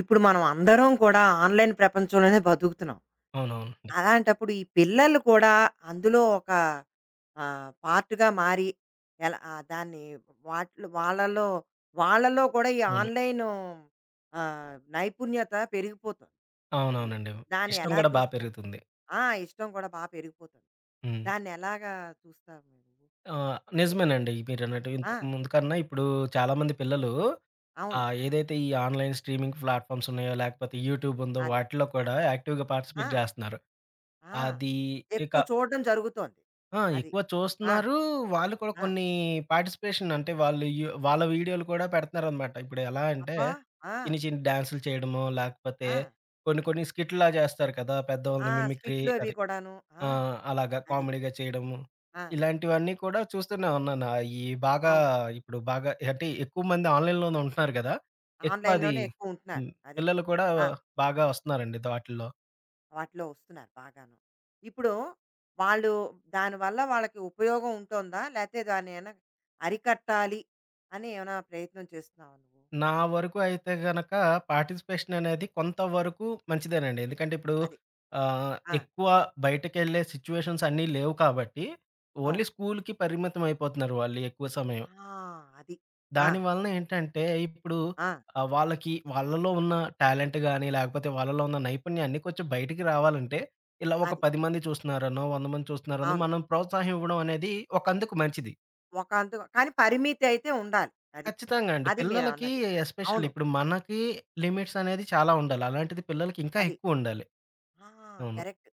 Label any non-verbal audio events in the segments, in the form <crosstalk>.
ఇప్పుడు మనం అందరం కూడా ఆన్‌లైన్ ప్రపంచంలోనే బతుకుతున్నాం. అవునవునండి. అలాంటప్పుడు ఈ పిల్లలు కూడా అందులో ఒక పార్ట్‌గా మారి ఎలా దాన్ని వాటిలో వాళ్ళలో వాళ్ళలో కూడా ఈ అవును. ఆన్‌లైను నైపుణ్యత పెరిగిపోతుంది. అది. అవునవునండి. దాన్ని ఇష్టం ఎలా గూడా బా చూస్తాం? పెరుగుతుంది. ఆ! ఇష్టం కూడా బా పెరిగిపోతుంది. హ్మ్. దాన్ని ఎలాగా చూస్తావు నువ్వు? నిజమేనండి. మీరన్నట్టు ఆ! ఇంతకు ముందు కన్నా ఇప్పుడు చాలామంది పిల్లలు అవును. ఏదైతే ఈ ఆన్‌లైన్ స్ట్రీమింగ్ ప్లాట్‌ఫార్మ్స్ ఉన్నాయో, లేకపోతే యూట్యూబ్ ఉందో, అదే. వాటిలో కూడా యాక్టివ్‌గా ఆ! పార్టిసిపేట్ జేస్తున్నారు. ఆ! అది ఇక ఎక్కువ చూడడం జరుగుతోంది. ఆ! అది. ఎక్కువ ఆ! చూస్తున్నారు. వాళ్ళు కూడా ఆ! కొన్ని పార్టిసిపేషన్ అంటే వాళ్ళు వాళ్ళ వీడియోలు కూడా పెడుతున్నారనమాట. ఇప్పుడు ఎలా అంటే అబ్బా! ఆ! చిన్ని, చిన్ని డాన్సులు చేయడమో, లేకపోతే ఆ! కొన్ని, కొన్ని స్కిట్‌లా జేస్తారు కదా! ఆ! పెద్దవాళ్ళని మిమిక్రీ స్కిట్లు అవి అదే. కూడాను. ఆ! ఆ! అలాగా అది. కామెడీగా చేయడము. ఆ! ఇలాంటివన్నీ కూడా చూస్తూనే ఉన్నాను. అయి బాగా అవును. ఇప్పుడు బాగా అంటే ఎక్కువ మంది ఆన్‌లైన్‌లోనే ఉంటున్నారు గదా! ఎక్కువ అది ఆన్‌లైన్‌లోనే ఎక్కువ ఉంటున్నారు. హ్మ్. అది. పిల్లలు కూడా ఆ! బాగా వస్తున్నారండి వాటిల్లో. వాటిలో వస్తున్నారు బాగాను. ఇప్పుడు వాళ్ళు దానివల్ల వాళ్ళకి ఉపయోగం ఉంటోందా? లేతే దాన్నేమైనా అరికట్టాలి అని ఏమైనా ప్రయత్నం చేస్తున్నావా నువ్వు? నా వరకు అయితే గనక పార్టిసిపేషన్ అనేది కొంతవరకు మంచిదేనండి. ఎందుకంటే ఇప్పుడు అది. ఆ! ఎక్కువ బయటకెళ్ళే సిట్యుయేషన్స్ అన్నీ లేవు కాబట్టి ఓన్లీ అవును. స్కూలుకి పరిమితం అయిపోతున్నారు వాళ్ళు ఎక్కువ సమయం. ఆ! అది. ఆ! దాని వలన ఏంటంటే, ఇప్పుడు ఆ! వాళ్ళకి వాళ్ళలో ఉన్న టాలెంట్ గాని, లేకపోతే వాళ్ళలో ఉన్న నైపుణ్యాన్ని కొంచెం బయటికి రావాలంటే, ఇలా ఒక అది. 10 మంది చూస్తున్నారనో, 100 మంది చూస్తున్నారనో అవును. మనం ప్రోత్సాహం ఇవ్వడం అనేది ఒకందుకు మంచిది. ఒకంతు కానీ పరిమితి అయితే ఉండాలి. అది. ఖచ్చితంగా అండి. అది పిల్లలకి మీరన్నది. ఎస్పెషల్లీ అవును. ఇప్పుడు మనకి లిమిట్స్ అనేది చాలా ఉండాలి. అలాంటిది పిల్లలకి ఇంకా అది. ఎక్కువుండాలి. ఆ! అవును. కరెక్ట్.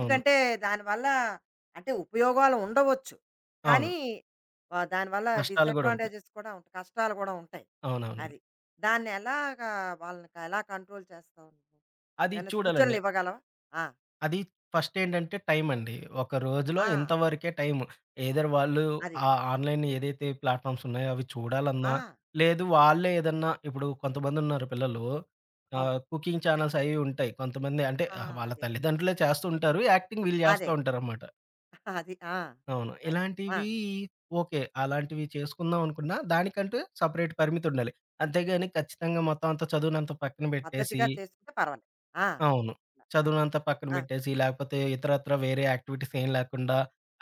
అవును. దానివల్ల అంటే ఉపయోగాలు ఉండవచ్చు. అవును. కానీ దానివల్ల నష్టాలు గూడా ఉంటాయి. డిసడ్వాంటేజెస్ కూడా ఉంటాయి. కష్టాలు కూడా ఉంటాయి. అవునవునండి. అది. దాన్ని ఎలాగా వాళ్ళని ఎలా కంట్రోల్ చేస్తావు నువ్వు? అది ఏమైనా చూడాలండి. సూచనలు ఇవ్వగలవా? ఆ! అది ఫస్ట్ ఏంటంటే టైమండి. ఒక రోజులో ఆ! ఇంతవరకే టైము. ఎయిదర్ వాళ్ళు అది. ఆ ఆన్‌లైన్ ఏదైతే ప్లాట్‌ఫార్మ్స్ ఉన్నాయో అవి చూడాలన్నా, ఆ! లేదు అది. వాళ్ళే ఏదన్నా ఇప్పుడు కొంతమందున్నారు పిల్లలు అవును. కుకింగ్ ఛానెల్స్ అయి ఉంటాయి. కొంతమంది అంటే ఆ! వాళ్ళ అదే. తల్లిదండ్రులే చేస్తూ ఉంటారు. యాక్టింగ్ వీళ్ళు చేస్తా అదే. ఉంటారనమాట. అది. ఆ! అవును. అది. ఆ! ఇలాంటివి ఓకే. అలాంటివి చేసుకుందాం అనుకున్నా దానికంటూ సెపరేట్ పరిమితుండాలి. అంతేగాని ఖచ్చితంగా మొత్తం అంతా చదువునంతా పక్కన పెట్టేసి పద్ధతిగా చేసుకుంటే పర్వాలేదు. ఆ! అవును. అవును. చదువునంతా పక్కన ఆ! పెట్టేసి, లేకపోతే ఇతరత్రా వేరే యాక్టివిటీస్ ఏం లేకుండా,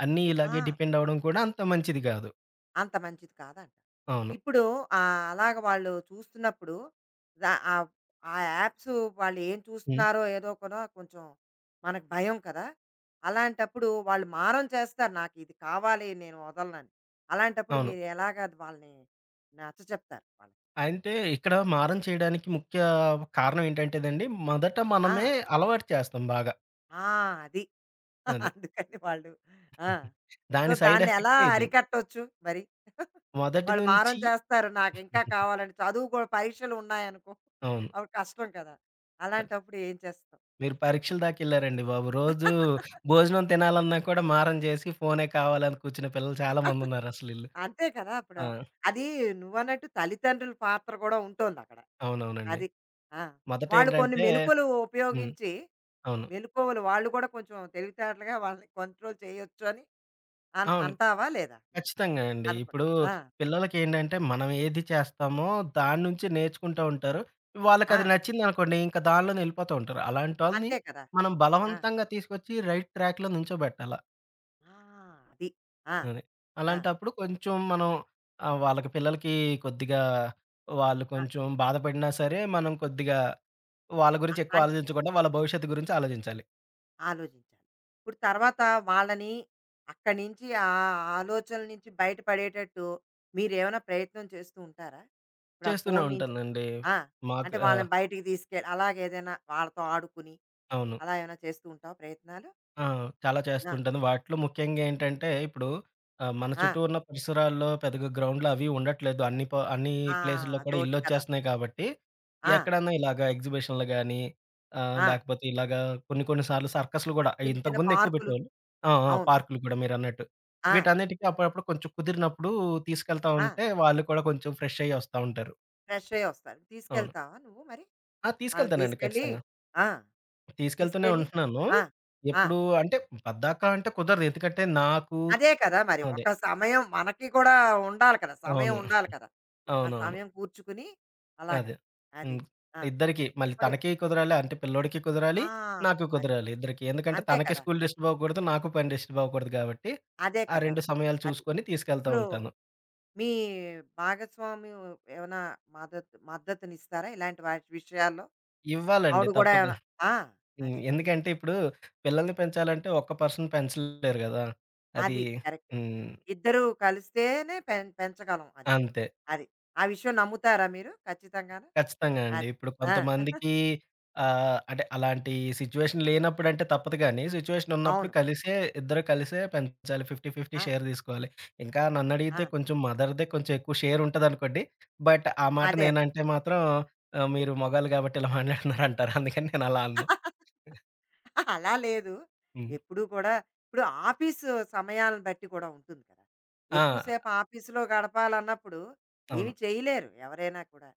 అన్నీ ఇలాగే ఆ! డిపెండ్ అవ్వడం కూడా అంత మంచిది కాదు. అంత మంచిది కాదంట. అవును. ఇప్పుడు అలాగ వాళ్ళు చూస్తున్నప్పుడు ద ఆహ్, ఆ యాప్స్ వాళ్ళు ఏం హ్మ్. చూస్తున్నారో ఏదో కూడా కొంచెం మనకు భయం కదా! అలాంటప్పుడు వాళ్ళు మారం చేస్తారు. నాకు ఇది కావాలి నేను వదలనని. అలాంటప్పుడు అవును. మీరు ఎలాగ వాళ్ళని నచ్చచెప్తారు వాళ్ళకి? అంటే ఇక్కడ మారం చేయడానికి ముఖ్య కారణం ఏంటంటేదండి, మొదట ఆ! మనమే అలవాటు చేస్తాం బాగా. ఆ! అది. <laughs> అది. అందుకని వాళ్ళు ఆ! సో, దాని సైడ్ దాన్ని ఎలా ఎఫెక్టే ఇది. అరికట్టొచ్చు మరి? మొదటి వాళ్ళు మారం నుంచి చేస్తారు. నాకింకా కావాలని చదువు కూడా పరీక్షలు ఉన్నాయనుకో అవును. అప్పుడు కష్టం కదా! అలాంటప్పుడు ఏం చేస్తాం? మీరు పరీక్షల దాకెళ్లారండి బాబు. రోజు <laughs> భోజనం తినాలన్నా కూడా మారం చేసి ఫోనే కావాలని కూర్చునే పిల్లలు చాలా మందున్నారసలీళ్ళు. అంతే కదా! ఇప్పుడు ఆ! అది నువ్వన్నట్టు తల్లిదండ్రుల పాత్ర కూడా ఉంటోందక్కడ. అవునవునండి. అది. ఆ! మొదట వాళ్ళు కొన్ని ఏంటంటే మెలుకువలు హ్మ్. ఉపయోగించి, అవును. మెలుకువలు వాళ్ళు కూడా కొంచెం తెలివితేటలుగా వాళ్ళని కంట్రోల్ చేయొచ్చు అని అవును. అంటావా లేదా మరి? ఖచ్చితంగా అండి. అనుకున్ ఇప్పుడు ఆ! పిల్లలకేంటంటే మనం ఏది చేస్తామో దాని నుంచి నేర్చుకుంటా ఉంటారు. వాళ్ళకది ఆ! నచ్చిందనుకోండి ఇంకా దానిలోనే ఎళ్ళిపోతూ ఉంటారు. అలాంటోళ్ళని అంతే కదా! మనం ఆ! బలవంతంగా తీసుకొచ్చి రైట్ ట్రాక్‌లో నించోబెట్టాల. ఆ! అది. ఆ! అది. ఆ! అలాంటప్పుడు కొంచెం మనం వాళ్ళకి పిల్లలకి కొద్దిగా వాళ్ళు ఆ! కొంచెం బాధపడినా సరే మనం కొద్దిగా వాళ్ళ అ గురించి ఎక్కువ అన్ ఆలోచించకుండా వాళ్ళ భవిష్యత్తు గురించి ఆలోచించాలి. ఆలోచించాలి. ఇప్పుడు తర్వాత వాళ్ళని అక్కడి నుంచి ఆ ఆలోచనల నుంచి బయటపడేటట్టు మీరేమైనా ప్రయత్నం చేస్తూ ఉంటారా? ఇప్పుడు ఆ చేస్తూనే ఫోను నుంచి ఉంటానండి. ఆ! మాకు అంటే వాళ్ళని బయటికి తీసుకెళ్ళి అలాగేదైనా వాళ్ళతో ఆడుకుని అవును. అలా ఏమైనా చేస్తూ ఉంటావా ప్రయత్నాలు? ఆ! చాలా ఆ! చేస్తుంటాను. వాటిలో ముఖ్యంగా ఏంటంటే, ఇప్పుడు మన ఆ! చుట్టూ ఉన్న పరిసరాల్లో పెద్దగా గ్రౌండ్‌లు అవి ఉండట్లేదు. అన్ని అన్ని ఆ! ప్లేసుల్లో కూడా అదోటి కదా! ఇళ్ళొచ్చేస్తున్నాయి కాబట్టి, ఆ! ఎక్కడన్నా ఇలాగా ఎగ్జిబిషన్‌లు గానీ, ఆ! లేకపోతే ఇలాగా కొన్ని కొన్ని సార్లు సర్కస్‌లు గూడా చిన్న చిన్న ఇంతకుముందు ఎక్కువ పార్కులు పెట్టేవాళ్ళు. ఆ! ఆ! అవును. పార్కులు కూడా మీరన్నట్టు. ఆ! వీటన్నిటికి అప్పుడప్పుడు కొంచెం కుదిరినప్పుడు తీసుకెళ్తా ఆ! ఉంటే, వాళ్ళు కూడా కొంచెం ఫ్రెష్ అయ్యి వస్తా ఉంటారు. ఫ్రెష్ అయ్యి వస్తారు. అవును. తీసుకెళ్తావా నువ్వు మరి? ఆ! వాళ్ళని తీసుకెళ్తానండి తీసుకెళ్ళి ఖచ్చితంగా. ఆ! తీసుకెళ్తూనే తీసుకెళ్ళి ఉంటున్నాను. ఆ! ఆ! ఎప్పుడు అంటే పద్దాకా అంటే కుదరదు. ఎందుకంటే నాకు అదే కదా! మరి అదే. ఒక సమయం మనకి కూడా ఉండాలి కదా! సమయం అవును. ఉండాలి కదా! ఆ అవునవును. సమయం కూర్చుకుని అలాగా. అదే. అది. హ్మ్. ఆ! ఇద్దరికీ మళ్ళీ ఇప్పుడు తనకి కుదరాలి, అంటే పిల్లోడికి కుదరాలి, ఆ! నాకు అది. కుదరాలి ఇద్దరికీ. ఎందుకంటే అంతే తనకి కదా! స్కూల్ డిస్టర్బ్ అవ్వకూడదు, నాకు పని డిస్టర్బ్ అవ్వకూడదు కాబట్టి, అదే ఆ కదా! 2 సమయాలు అది. చూసుకొని తీసుకెళ్తా ఇప్పుడు ఉంటాను. మీ భాగస్వామి ఏమైనా మద్దతునిస్తారా ఇలాంటి వాటి విషయాల్లో? ఇవ్వాలండి ఆవిడ కూడా తప్పదు. ఏమైనా ఆ! హ్మ్. అది. ఎందుకంటే ఇప్పుడు పిల్లల్ని పెంచాలంటే ఒక్క పర్సన్ పెంచలేరు గదా! అది అది. కరెక్ట్. హ్మ్. ఇద్దరూ కలిస్తేనే పెంచగలం అది. అంతే. అది. ఆ విషయం నమ్ముతారా మీరు ఖచ్చితంగాను? ఖచ్చితంగా అండి. అది. ఇప్పుడు ఆ! <laughs> కొంతమందికి అంటే అలాంటి సిట్యుయేషన్ లేనప్పుడంటే తప్పదు గానీ, సిట్యుయేషన్ ఉన్నప్పుడు అవును. కలిసే ఇద్దరు కలిసే పెంచాలి. 50, 50 ఆ! షేర్ తీసుకోవాలి. ఇంకా ఆ! నన్నడిగితే కొంచెం మదర్‌దే కొంచెం ఎక్కువ షేర్ ఉంటదనుకోండి. బట్ ఆ మాట అదే అదే. నేనంటే మాత్రం మీరు మగాళ్ళు కాబట్టి ఇలా మాట్లాడుతున్నారంటారు. అందుకని నేనలా అనను. <laughs> అలా లేదు. హ్మ్. ఎప్పుడూ కూడా ఇప్పుడు ఆఫీసు సమయాలను బట్టి కూడా ఉంటుంది కదా! ఆ! ఎక్కువసేపు ఆఫీసులో గడపాలన్నప్పుడు ఏమి అవును. చేయలేరు ఎవరైనా కూడా.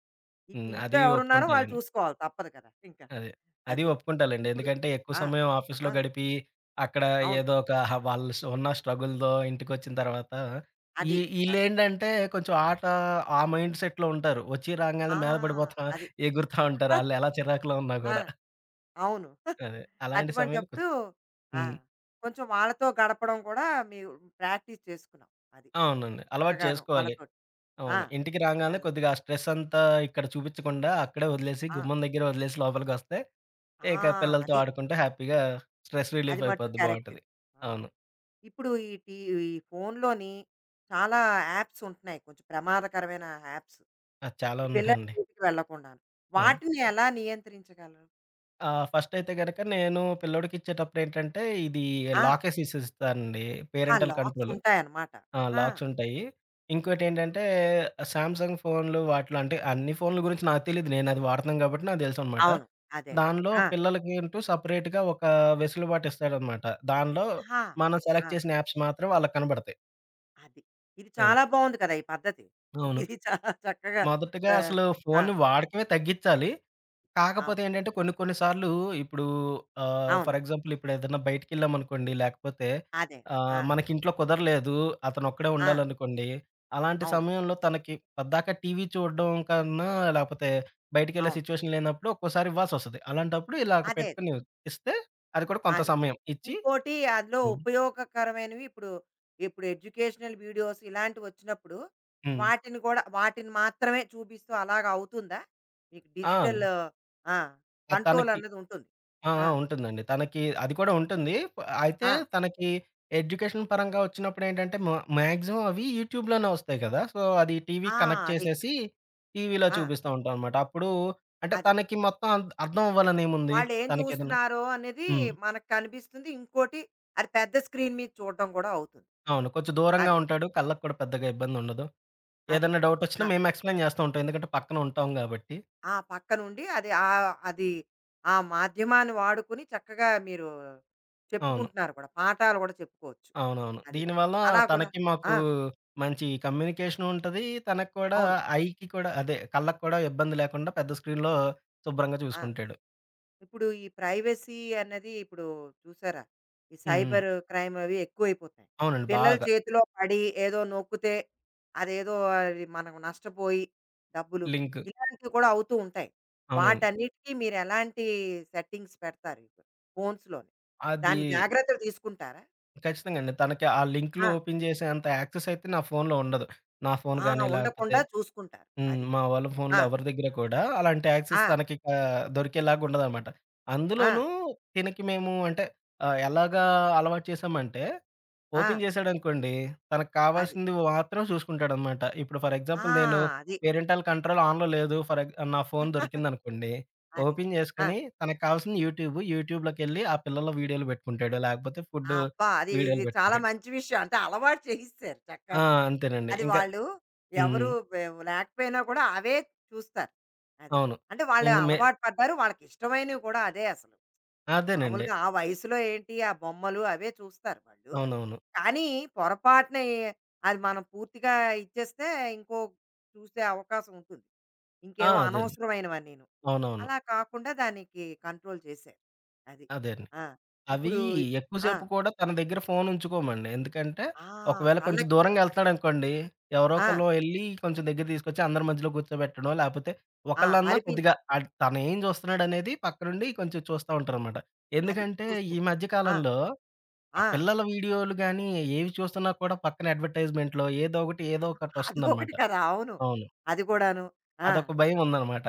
ఇక హ్మ్. ఇంట్లో అది ఎవరున్నారో వాళ్ళు ఒప్పుకుంటాలెండి. చూసుకోవాలి తప్పదు కదా! ఇంకా. అదే. అది అది. ఒప్పుకుంటాలెండి. ఇప్పుడు ఎందుకంటే ఎక్కువ ఆ! సమయం ఆఫీస్‌లో ఆ! గడిపి, అక్కడ అవును. ఏదో ఒక వాళ్ళు ఉన్న స్ట్రగుల్‌తో ఇంటికొచ్చిన తర్వాత, ఈ అది. కరెక్ట్. ఈళ్ళేంటంటే కొంచెం ఆట ఆ మైండ్ సెట్‌లో ఉంటారు. వచ్చి ఆ! రాంగానే మీద పడిపోతా, అది. ఎగురుతా ఉంటారు. <laughs> ఆళ్ళెలా చిరాకులో ఉన్నా ఆ! గూడా. అవును. అదే. <laughs> అలాంటి సమయంలో అటువంటప్పుడు కొంచెం ఆ! హ్మ్. కొంచెం వాళ్ళతో గడపడం కూడా మీరు ప్రాక్టీస్ చేసుకున్నాం. అది. అవునండి. అలవాటు చక్కగాను చేసుకోవాలి. వాళ్ళతోటి. ఆ! అవును. ఇంటికి రాంగానే అది. కొద్దిగా ఆ స్ట్రెస్ అంతా ఇక్కడ చూపించకుండా, అక్కడే వదిలేసి, ఆ! గుమ్మం దగ్గర వదిలేసి లోపలికొస్తే, ఆ! ఇక పిల్లలతో అది. ఆడుకుంటూ హ్యాపీగా స్ట్రెస్ అది రిలీఫ్ మట్టు అయిపోద్ది. కరెక్ట్. బావుంటది. ఆ! అవును. ఇప్పుడు ఈ ఈ ఫోన్‌లోని చాలా యాప్స్ ఉంటున్నాయి. కొంచెం ప్రమాదకరమైన యాప్స్. ఆ! చాలా ఈ పిల్లల ఉన్నాయండి. జోలికి వెళ్ళకుండాను. అవును. వాటిని ఎలా నియంత్రించగలరు? ఫస్ట్ అయితే గనక నేను పిల్లోడికిచ్చేటప్పుడు ఏంటంటే, ఇది ఆ! హ్మ్. లాకెస్ ఇసిస్తానండి. ఆ! Parental locks control. ఉంటాయన్నమాట. ఆ! ఆహా! లాక్స్ ఉంటాయి. ఇంకోటేంటంటే, సామ్‌సంగ్ ఫోన్‌లు వాటిలో అంటే అన్ని ఫోన్‌ల గురించి నాకు తెలీదు. నేను అది వాడుతున్నాను కాబట్టి నాకు తెలుసనమాట. అవును. అదే. అదే. దానిలో ఆ! పిల్లలకి అంటూ సెపరేట్‌గా ఒక వెసులుబాటు ఇస్తాడనమాట. దానిలో ఆహా! మనం ఆ! సెలెక్ట్ చేసిన యాప్స్ మాత్రం వాళ్ళకి కనబడతాయి. అది. ఇది అది. చాలా బావుంది కదా! ఈ పద్ధతి. అవును. ఇది చాలా చక్కగా మొదటగా ఆహ్, అసలు ఆ! ఫోన్ వాడకమే తగ్గిచ్చాలి. కాకపోతే అవును. ఏంటంటే కొన్ని కొన్ని సార్లు ఇప్పుడు అవును. ఫర్ ఎగ్జాంపుల్ ఇప్పుడు ఏదైనా బయటికెళ్ళామనుకోండి, లేకపోతే అదే. ఆ! మనకి ఇంట్లో కుదరలేదు. అతనొక్కడే ఆ! ఉండాలనుకోండి. అలాంటి అవును. సమయంలో తనకి పద్దాక టీవీ చూడడం కన్నా, లేకపోతే బయటికెళ్ళే అవును. సిచ్యువేషన్ లేనప్పుడు ఒక్కోసారి ఇవ్వాల్సొస్తది. అలాంటప్పుడు ఇలాగ అదే. పెట్టుకొని ఇస్తే అది కూడా కొంత అది. సమయం ఇచ్చి ఇంకోటి అందులో హ్మ్. ఉపయోగకరమైనవి ఇప్పుడు ఇప్పుడు ఎడ్యుకేషనల్ వీడియోస్ ఇలాంటివొచ్చినప్పుడు, హ్మ్. వాటిని కూడా వాటిని మాత్రమే చూపిస్తూ అలాగా అవుతుందా? మీకు ఆ! డిజిటల్ ఆ! కంట్రోల్ తనకి అన్నదుంటుంది. ఆ! ఆ! ఆ! ఉంటుందండి. తనకి అది కూడా ఉంటుంది. అయితే ఆ! తనకి ఎడ్యుకేషన్ పరంగా వచ్చినప్పుడేంటంటే, మా మాక్సిమం అవి యూట్యూబ్‌లోనే వస్తాయి కదా! సో, అది టీవీకి కనెక్ట్ ఆ! అది. చేసేసి టీవీలో ఆ! చూపిస్తా ఉంటామనమాట. అప్పుడు అంటే అది. తనకి మొత్తం అర్థం అవ్వాలనేముంది. వాళ్ళేం తనకేదన్నా చూస్తున్నారో అనేది హ్మ్. మనకు కనిపిస్తుంది. ఇంకోటి అది పెద్ద స్క్రీన్ మీద చూడడం గూడా అవుతుంది. అవును. కొంచెం దూరంగా అది. ఉంటాడు. కళ్ళకి కూడా పెద్దగా ఇబ్బందుండదు. అది. ఏదన్నా డౌటొచ్చినా ఆ! మేము ఎక్స్‌ప్లెయిన్ చేస్తూ ఉంటాం. ఎందుకంటే పక్కన ఉంటాం గాబట్టి. ఆ పక్కనుండి అది ఆ అది ఆ మాధ్యమాన్ని వాడుకుని చక్కగా మీరు అవును. చెప్పుకుంటున్నారు కూడా. పాఠాలు కూడా చెప్పుకోవచ్చు. అవునవును. అది. దీనివల్ల అలా కూడా తనకి, మాకు ఆ! మంచి కమ్యూనికేషన్ ఉంటది. తనకి కూడా అవును. ఐకి కూడా అదే కళ్ళకి కూడా ఇబ్బంది లేకుండా పెద్ద స్క్రీన్‌లో శుభ్రంగా ఆ! చూసుకుంటాడు. ఇప్పుడు ఈ ప్రైవసీ అన్నది ఇప్పుడు చూసారా? ఈ హ్మ్. హ్మ్. సైబర్ క్రైమ్ అవి ఎక్కువైపోతున్నాయి. అవునండి. పిల్లల బాగా చేతిలో పడి ఏదో నొక్కితే అదేదో అది మనం నష్టపోయి డబ్బులు లింక్. ఇలాంటివి కూడా అవుతూ ఉంటాయి. అవునండి. వాటన్నిటికీ మీరెలాంటి సెట్టింగ్స్ పెడతారు ఇప్పుడు ఫోన్స్‌లోని? అది దాన్ని జాగ్రత్తలు తీసుకుంటారా? ఖచ్చితంగా అండి. తనకి ఆ లింక్‌లు ఆ! ఓపెన్ చేసేంత యాక్సెస్ అయితే నా ఫోన్‌లో ఉండదు. నా ఫోన్ ఆ! గాని లేకపోతే ఉండకుండా చూసుకుంటారు. హ్మ్. అది. మా వాళ్ళ ఆ! ఫోన్‌లో ఎవరి దగ్గర కూడా అలాంటి యాక్సెస్ ఆ! తనకిక దొరికేలాగా ఉండదనమాట. ఆ! అందులోనూ తినకి మేము అంటే ఎలాగా అలవాటు చేశామంటే, ఆ! ఓపెన్ చేశాడనుకోండి, తనకు అది. కావాల్సింది మాత్రం చూసుకుంటాడనమాట. ఇప్పుడు ఫర్ ఎగ్జాంపుల్ నేను ఆ! అది. పేరెంటల్ కంట్రోల్ ఆన్‌లో లేదు. ఫర్ ఎగ్ నా ఫోన్ దొరికిందనుకోండి, <laughs> అది. ఓపెన్ ఆ! చేసుకొని తనకు కావాల్సిన యూట్యూబ్‌లోకెళ్ళి ఆ పిల్లల వీడియోలు పెట్టుకుంటాడు. లేకపోతే ఫుడ్ అబ్బా! అది వీడియోలు ఇది చాలా పెట్టుకుంటాడు. మంచి విషయం. అంటే అలవాటు చేయిస్తారు ఆ! చక్కను. అంతేనండి. అది ఇంకా వాళ్ళు హ్మ్. ఎవరు బె లేకపోయినా కూడా అవే చూస్తారు. అది. అవును. అంటే వాళ్ళు ఇంక మే అలవాటు పడ్డారు. వాళ్ళకి ఇష్టమైనవి కూడా అదే అసలు. అదేనండి. మామూలుగా ఆ వయసులో ఏంటి ఆ బొమ్మలు అవే చూస్తారు వాళ్ళు. అవునవును. కానీ పొరపాటున అది మనం పూర్తిగా ఇచ్చేస్తే ఇంకో చూసే అవకాశం ఉంటుంది. ఆ! ఇంకేవో అదేండి. అనవసరమైనవన్నీను. అవునవును. అలా కాకుండా దానికి కంట్రోల్ చేశారు. అది. అదేండి. ఆ! అవి ఇప్పుడు ఎక్కువ ఆ! సేపు కూడా తన దగ్గర ఫోను ఉంచుకోమండి. ఎందుకంటే, ఆ! ఒకవేళ కొంచెం కళ్ళకి దూరంగా వెళ్తున్నాడనుకోండి, ఎవరో ఆ! ఒకళ్ళు ఎళ్లి కొంచెం దగ్గర తీసుకొచ్చి అందరి మధ్యలో కూర్చోబెట్టడమో, లేపోతే ఆ! ఒకళ్ళన్నా కొద్దిగా మరిపించడం. ఆడ్ తనేం చూస్తున్నాడనేది పక్కనుండి కొంచెం చూస్తా ఉంటారనమాట. అది ఎందుకంటే, ఈ చూసుకుంటూ. మధ్య ఆ! కాలంలో ఆ ఆ! పిల్లల వీడియోలు గానీ, ఏవి చూస్తున్నా కూడా పక్కన అడ్వర్‌టైజ్‌మెంట్‌లో ఏదో ఒకటి, ఏదో ఒకటొస్తుందనమాట. అదొకటి కదా! అవును. అవును. అది కూడాను. ఆ! అదొక భయముందనమాట.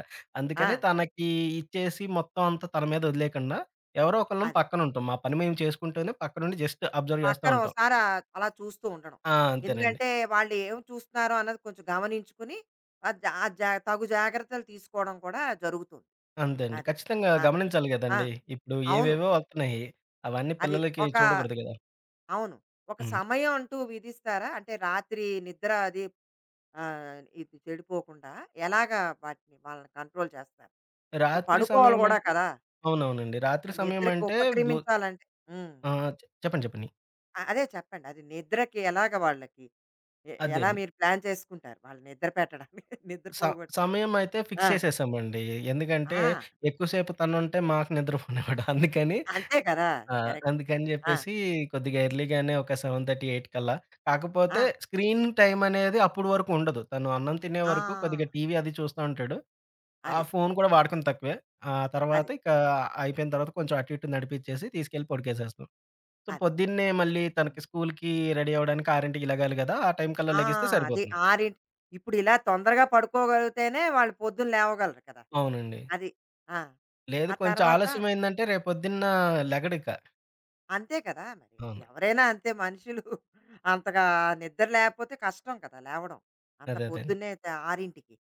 ఆ! అందుకని తనకి ఇచ్చేసి మొత్తం అంతా తన మీద వదిలేయకుండా, ఎవరో ఒకళ్ళం అది. పక్కనుంటాం. మా పని మేము చేసుకుంటూనే పక్కనుండి జస్ట్ అబ్జర్వ్ చేస్తా పక్కన ఉంటాం. ఓసారి అలా చూస్తూ ఉండడం. ఆ! అంతేనండి. ఎందుకంటే వాళ్ళు ఏం చూస్తున్నారో అన్నది కొంచెం గమనించుకుని ఆ జా ఆ జా తగు జాగ్రత్తలు తీసుకోవడం కూడా జరుగుతుంది. అంతే అండి. అది. ఖచ్చితంగా ఆ! గమనించాలి ఆ! గదండీ! ఇప్పుడు అవును. ఏవేవో వత్తున్నాయి. అవన్నీ అది పిల్లలకి ఒక చూడకూడదు గదా! అవును. ఒక హ్మ్. సమయం అంటూ విధిస్తారా? అంటే రాత్రి నిద్ర అది ఇది చెడిపోకుండా ఎలాగా వాటిని వాళ్ళని కంట్రోల్ చేస్తారు? ఇప్పుడు రాత్రి పడుకోవాలి గూడా సమయమంటే కదా! అవునవునండి. రాత్రి నిద్రకి సమయమంటే భూ ఉపక్రమించాలంటే హ్మ్. ఆ! చెప్పండి. చెప్పండి. అదే చెప్పండి. అది నిద్రకి ఎలాగ వాళ్ళకి అదే ఎలా అండి. మీరు ప్లాన్ చేసుకుంటారు? వాళ్ళు నిద్ర పెట్టడానికి <laughs> నిద్ర స పోగొట్టడానికి? సమయమైతే ఫిక్స్ ఆ! చేసేసామండి. ఎందుకంటే ఆ! ఎక్కువ సేపు తనుంటే మాకు నిద్ర పట్టదు. అందుకని అంతే కదా! ఆ! అది కరెక్ట్. అందుకని ఆ! జెప్పేసి కొద్దిగా ఎర్లీగానే ఒక 7:30, 8 కల్లా ఆ! కాకపోతే స్క్రీన్ టైమ్ అనేది అప్పుడు వరకు ఉండదు. తను అన్నం తినే ఆ! వరకు కొద్దిగా టీవీ అది చూస్తా ఉంటాడు. ఆ అది. ఫోను కూడా వాడకం తక్కువే. ఆ తర్వాత అది. ఇక అయిపోయిన తర్వాత కొంచెం అటు ఇటు నడిపిచ్చేసి తీసుకెళ్ళి పడుకోసేస్తాం. సో, అది. పొద్దున్నే మళ్ళీ హ్మ్. తనకి స్కూలుకి రెడీ అవ్వడానికి 6కి లెగాలి గదా! ఆ టైం కల్లా ఆ! లెగిస్తే అది సరిపోతుంది. ఆరింటి ఇప్పుడు ఇలా తొందరగా పడుకోగలిగితేనే వాళ్ళు పొద్దున లేవగలరు కదా! అవునండి. అది. ఆ! లేదు ఆ కొంచెం తర్వాత ఆలస్యమైందంటే రేపొద్దున్న లెగడిక. అంతే కదా! మరి అది అవును. ఎవరైనా అంతే మనుషులు <laughs> అంతగా నిద్ర లేకపోతే కష్టం కదా! లేవడం. అంత అదే అదే అండి. పొద్దున్నే త 6కి.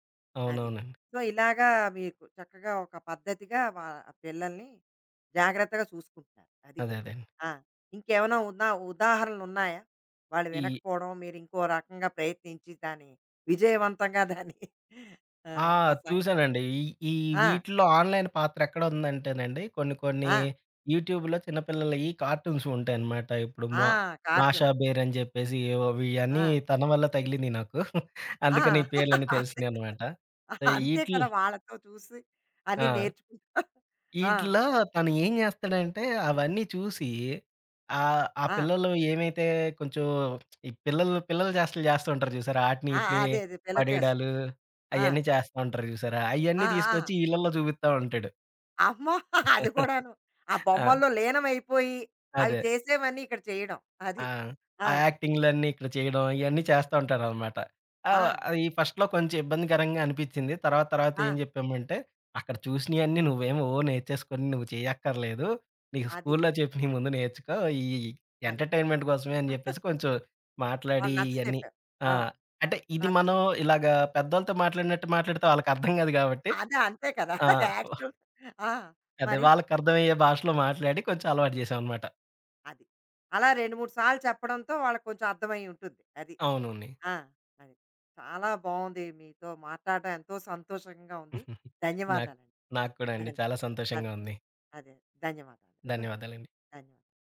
అది. అవునవునండి. సో, ఇలాగా మీకు చక్కగా ఒక పద్ధతిగా ఆ పిల్లల్ని జాగ్రత్తగా చూసుకుంటున్నారు. అది. అదే అదే అండి. ఆ! ఇంకేమైనా ఉదాహరణలున్నాయా? వాళ్ళు ఈ వినకపోవడం, మీరు ఇంకో రకంగా ప్రయత్నించి దాన్ని విజయవంతంగా దాన్ని ఆ! ఆహ్, ఆ సం చూసానండి. ఈ ఈ ఆ! వీటిలో ఆన్‌లైన్ పాత్ర ఎక్కడుందంటేనండి, కొన్ని కొన్ని ఆ! యూట్యూబ్‌లో చిన్న పిల్లలయి కార్టూన్స్ ఉంటాయన్నమాట. ఇప్పుడు ఆ! మా 'మాషా కార్టూన్‌లు. బేర్' అని జెప్పేసి ఏవోవి ఇయన్నీ ఆ! తన వల్ల తగిలినియి నాకు. ఆ! అందుకని ఈ పేర్లన్నీ <laughs> అదే. తెలిసినియన్నమాట. సో, అంతే ఈటిల్ కదా! వాళ్ళతో చూసి అన్నీ ఆ! నేర్చుకుంటా. ఆ! ఈటిలో తను ఏం చేస్తాడంటే అవన్నీ చూసి ఆ ఆ! పిల్లలు ఏమైతే కొంచెం ఈ పిల్లల చేష్టలు చేస్తూ ఉంటారు చూసారా? ఆటిని, ఆ! ఈటిని అదే. అదే. పిల్లచేష్టలు. పడేయడాలు ఆ! అయన్నీ చేస్తా ఉంటారు చూసారా? అయన్నీ ఆ! ఆ! తీసుకొచ్చి ఈళ్ళలో చూపిత్తా ఉంటాడు. అమ్మో! అది కూడాను. ఆ <laughs> ఆ! బొమ్మల్లో లీనమైపోయి, అవి అదే. చేసేవన్నీ ఇక్కడ చేయడం. అది. ఆ! ఆ! ఆ యాక్టింగ్‌లన్నీ ఇక్కడ చేయడం ఇయన్నీ చేస్తా ఉంటారనమాట. ఆ! అది ఫస్ట్‌లో కొంచెం ఇబ్బందికరంగా అనిపిచ్చింది. తర్వాత తర్వాత ఆ! ఏం చెప్పామంటే, "అక్కడ చూసినియన్నీ నువ్వేమి ఓ నేర్చేసుకొని నువ్వు చేయక్కర్లేదు. నీకు అది. స్కూల్లో చెప్పినియి ముందు నేర్చుకో. ఈ అది. ఎంటర్‌టైన్‌మెంట్ కోసమే" అని చెప్పేసి కొంచెం మాట్లాడి వాళ్ళు నచ్చ ఇయన్నీ చెప్పారు. ఆ! ఆ! అంటే ఇది నచ్చ మనం చెప్ ఇలాగా పెద్దోళ్ళతో మాట్లాడినట్టు మాట్లాడితే వాళ్ళకర్థం కాదు కాబట్టి అదే అంతే కదా! ఆ! <laughs> యాక్చువల్ ఆ! అదే మరి వాళ్ళకర్థమయ్యే భాషలో మాట్లాడి కొంచెం అలవాటు చేశామనమాట. అది. అలా 2, 3 సార్లు చెప్పడంతో వాళ్ళకి కొంచెం అర్థమై ఉంటుంది. అది. అవునండి. ఆ! అది. చాలా బావుంది మీతో మాట్లాడడం ఎంతో సంతోషంగా ఉంది. నాకు ధన్యవాదాలండి. నాకు కూడా అండి. ధన్ చాలా సంతోషంగా అదే. ఉంది. అదే. ధన్యవాదాలు. <laughs> ధన్యవాదాలండి. ధన్యవాదాలు.